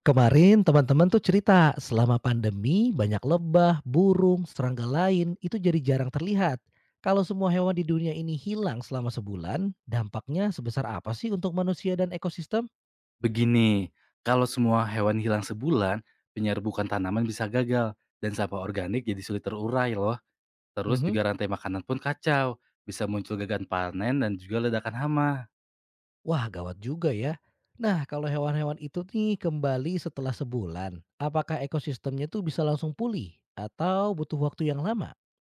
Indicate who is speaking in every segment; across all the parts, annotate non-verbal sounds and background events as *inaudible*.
Speaker 1: Kemarin teman-teman tuh cerita, selama pandemi banyak lebah, burung, serangga lain itu jadi jarang terlihat. Kalau semua hewan di dunia ini hilang selama sebulan, dampaknya sebesar apa sih untuk manusia dan ekosistem?
Speaker 2: Begini, kalau semua hewan hilang sebulan, penyerbukan tanaman bisa gagal dan sampah organik jadi sulit terurai loh. Terus
Speaker 1: Mhm.
Speaker 2: juga rantai makanan pun kacau, bisa muncul gagal panen dan juga ledakan hama.
Speaker 1: Wah, gawat juga ya. Nah, kalau hewan-hewan itu nih kembali setelah sebulan, apakah ekosistemnya tuh bisa langsung pulih atau butuh waktu yang lama?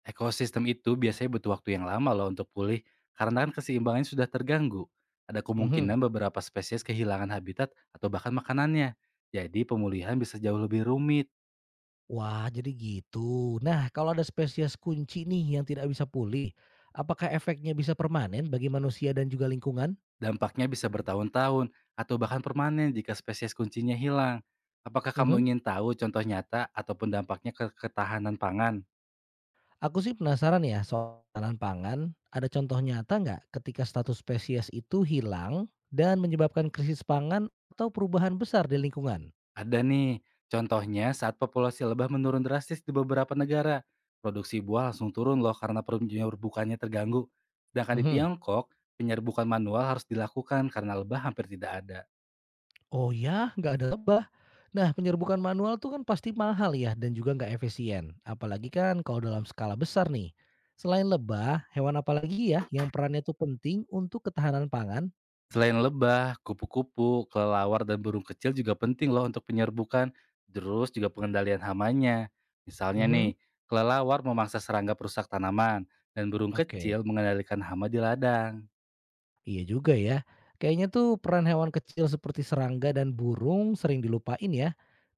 Speaker 2: Ekosistem itu biasanya butuh waktu yang lama loh untuk pulih karena kan keseimbangannya sudah terganggu. Ada
Speaker 1: Mhm.
Speaker 2: kemungkinan beberapa spesies kehilangan habitat atau bahkan makanannya. Jadi pemulihan bisa jauh lebih rumit.
Speaker 1: Wah, jadi gitu. Nah, kalau ada spesies kunci nih yang tidak bisa pulih, apakah efeknya bisa permanen bagi manusia dan juga lingkungan?
Speaker 2: Dampaknya bisa bertahun-tahun atau bahkan permanen jika spesies kuncinya hilang. Apakah kamu
Speaker 1: Mhm.
Speaker 2: ingin tahu contoh nyata ataupun dampaknya ke ketahanan pangan?
Speaker 1: Aku sih penasaran ya soal tanaman pangan. Ada contoh nyata nggak ketika status spesies itu hilang dan menyebabkan krisis pangan atau perubahan besar di lingkungan?
Speaker 2: Ada nih, contohnya saat populasi lebah menurun drastis di beberapa negara. Produksi buah langsung turun loh karena penyerbukannya terganggu. Sedangkan di
Speaker 1: Mhm.
Speaker 2: Tiongkok, penyerbukan manual harus dilakukan karena lebah hampir tidak ada.
Speaker 1: Oh ya? Nggak ada lebah? Nah, penyerbukan manual tuh kan pasti mahal ya dan juga nggak efisien. Apalagi kan kalau dalam skala besar nih. Selain lebah, hewan apa lagi ya yang perannya tuh penting untuk ketahanan pangan?
Speaker 2: Selain lebah, kupu-kupu, kelelawar, dan burung kecil juga penting loh untuk penyerbukan, terus juga pengendalian hamanya. Misalnya
Speaker 1: Mhm.
Speaker 2: nih, kelelawar memangsa serangga perusak tanaman, dan burung
Speaker 1: Oke.
Speaker 2: kecil mengendalikan hama di ladang.
Speaker 1: Iya juga ya. Kayaknya tuh peran hewan kecil seperti serangga dan burung sering dilupain ya.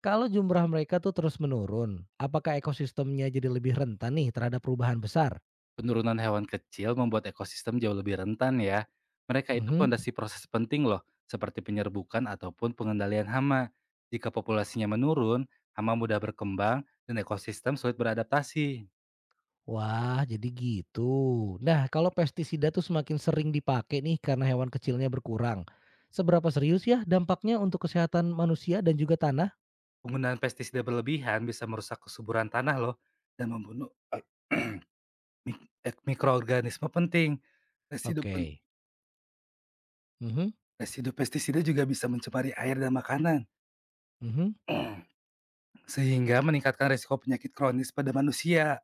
Speaker 1: Kalau jumlah mereka tuh terus menurun, apakah ekosistemnya jadi lebih rentan nih terhadap perubahan besar?
Speaker 2: Penurunan hewan kecil membuat ekosistem jauh lebih rentan ya. Mereka itu
Speaker 1: Mhm.
Speaker 2: fondasi proses penting loh, seperti penyerbukan ataupun pengendalian hama. Jika populasinya menurun, hama mudah berkembang, dan ekosistem sulit beradaptasi.
Speaker 1: Wah, jadi gitu. Nah, kalau pestisida tuh semakin sering dipakai nih karena hewan kecilnya berkurang, seberapa serius ya dampaknya untuk kesehatan manusia dan juga tanah?
Speaker 2: Penggunaan pestisida berlebihan bisa merusak kesuburan tanah loh dan membunuh *clears throat* mik mikroorganisme penting. Residu pen
Speaker 1: Oke. Mhm,
Speaker 2: residu pestisida juga bisa mencemari air dan makanan,
Speaker 1: mhm.
Speaker 2: *clears throat* sehingga meningkatkan risiko penyakit kronis pada manusia.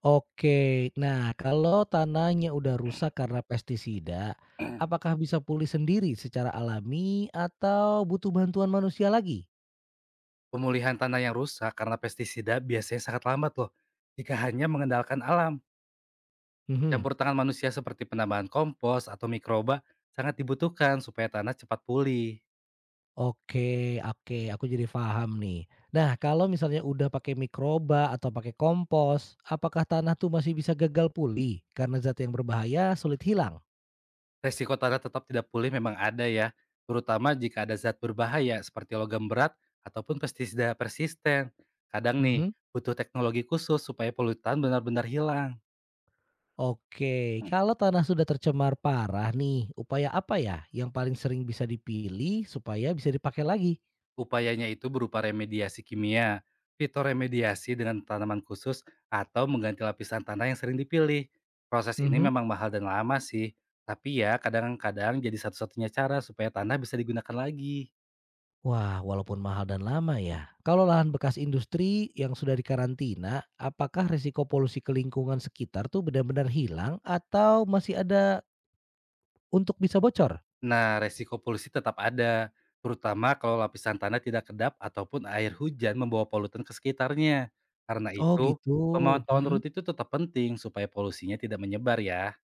Speaker 1: Oke. Nah, kalau tanahnya udah rusak karena pestisida,
Speaker 2: *clears throat*
Speaker 1: apakah bisa pulih sendiri secara alami atau butuh bantuan manusia lagi?
Speaker 2: Pemulihan tanah yang rusak karena pestisida biasanya sangat lambat loh jika hanya mengandalkan alam.
Speaker 1: Mhm.
Speaker 2: Campur tangan manusia seperti penambahan kompos atau mikroba sangat dibutuhkan supaya tanah cepat pulih.
Speaker 1: Oke, oke, aku jadi paham nih. Nah, kalau misalnya udah pakai mikroba atau pakai kompos, apakah tanah tuh masih bisa gagal pulih karena zat yang berbahaya sulit hilang?
Speaker 2: Resiko tanah tetap tidak pulih memang ada ya, terutama jika ada zat berbahaya seperti logam berat ataupun pestisida persisten. Kadang nih,
Speaker 1: Mhm.
Speaker 2: butuh teknologi khusus supaya polutan benar-benar hilang.
Speaker 1: Oke,
Speaker 2: Hmm,
Speaker 1: kalau tanah sudah tercemar parah nih, upaya apa ya yang paling sering bisa dipilih supaya bisa dipakai lagi?
Speaker 2: Upayanya itu berupa remediasi kimia, fitoremediasi dengan tanaman khusus, atau mengganti lapisan tanah yang sering dipilih. Proses ini
Speaker 1: Mhm.
Speaker 2: memang mahal dan lama sih, tapi ya kadang-kadang jadi satu-satunya cara supaya tanah bisa digunakan lagi.
Speaker 1: Wah, walaupun mahal dan lama ya. Kalau lahan bekas industri yang sudah dikarantina, apakah risiko polusi ke lingkungan sekitar tuh benar-benar hilang atau masih ada untuk bisa bocor?
Speaker 2: Nah, resiko polusi tetap ada, terutama kalau lapisan tanah tidak kedap ataupun air hujan membawa polutan ke sekitarnya. Karena
Speaker 1: Oh
Speaker 2: itu,
Speaker 1: gitu,
Speaker 2: pemantauan
Speaker 1: mhm.
Speaker 2: rutin itu tetap penting supaya polusinya tidak menyebar ya.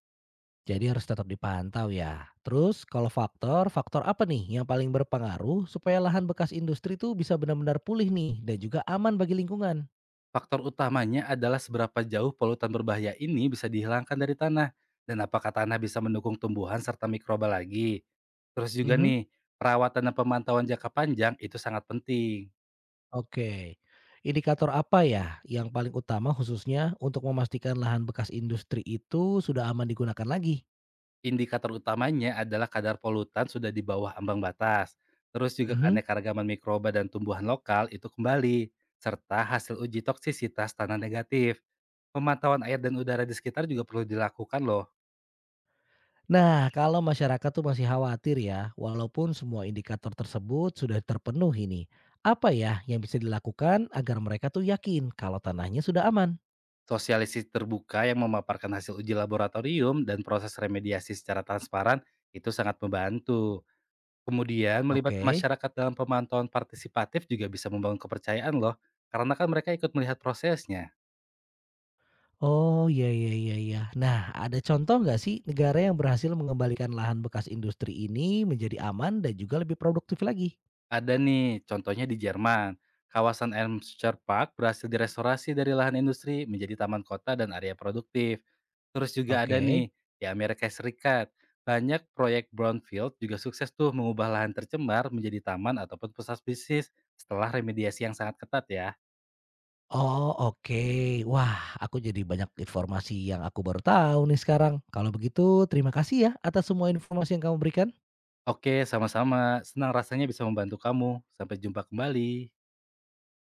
Speaker 1: Jadi harus tetap dipantau ya. Terus kalau faktor apa nih yang paling berpengaruh supaya lahan bekas industri tuh bisa benar-benar pulih nih dan juga aman bagi lingkungan?
Speaker 2: Faktor utamanya adalah seberapa jauh polutan berbahaya ini bisa dihilangkan dari tanah dan apakah tanah bisa mendukung tumbuhan serta mikroba lagi. Terus juga
Speaker 1: Mhm,
Speaker 2: nih, perawatan dan pemantauan jangka panjang itu sangat penting.
Speaker 1: oke. Indikator apa ya yang paling utama khususnya untuk memastikan lahan bekas industri itu sudah aman digunakan lagi?
Speaker 2: Indikator utamanya adalah kadar polutan sudah di bawah ambang batas, terus juga
Speaker 1: Mhm.
Speaker 2: keanekaragaman mikroba dan tumbuhan lokal itu kembali, serta hasil uji toksisitas tanah negatif. Pemantauan air dan udara di sekitar juga perlu dilakukan loh.
Speaker 1: Nah, kalau masyarakat tuh masih khawatir ya, walaupun semua indikator tersebut sudah terpenuhi nih. Apa ya yang bisa dilakukan agar mereka tuh yakin kalau tanahnya sudah aman?
Speaker 2: Sosialisasi terbuka yang memaparkan hasil uji laboratorium dan proses remediasi secara transparan itu sangat membantu. Kemudian melibatkan
Speaker 1: Oke.
Speaker 2: masyarakat dalam pemantauan partisipatif juga bisa membangun kepercayaan loh, karena kan mereka ikut melihat prosesnya.
Speaker 1: Oh, iya iya iya iya. Nah, ada contoh nggak sih negara yang berhasil mengembalikan lahan bekas industri ini menjadi aman dan juga lebih produktif lagi?
Speaker 2: Ada nih, contohnya di Jerman. Kawasan Elmscher Park berhasil direstorasi dari lahan industri menjadi taman kota dan area produktif. Terus juga ada
Speaker 1: Oke.
Speaker 2: nih, di Amerika Serikat. Banyak proyek brownfield juga sukses tuh mengubah lahan tercemar menjadi taman ataupun pusat bisnis setelah remediasi yang sangat ketat ya.
Speaker 1: Oh oke, wah, aku jadi banyak informasi yang aku baru tahu nih sekarang. Kalau begitu, terima kasih ya atas semua informasi yang kamu berikan.
Speaker 2: Oke, sama-sama. Senang rasanya bisa membantu kamu. Sampai jumpa kembali.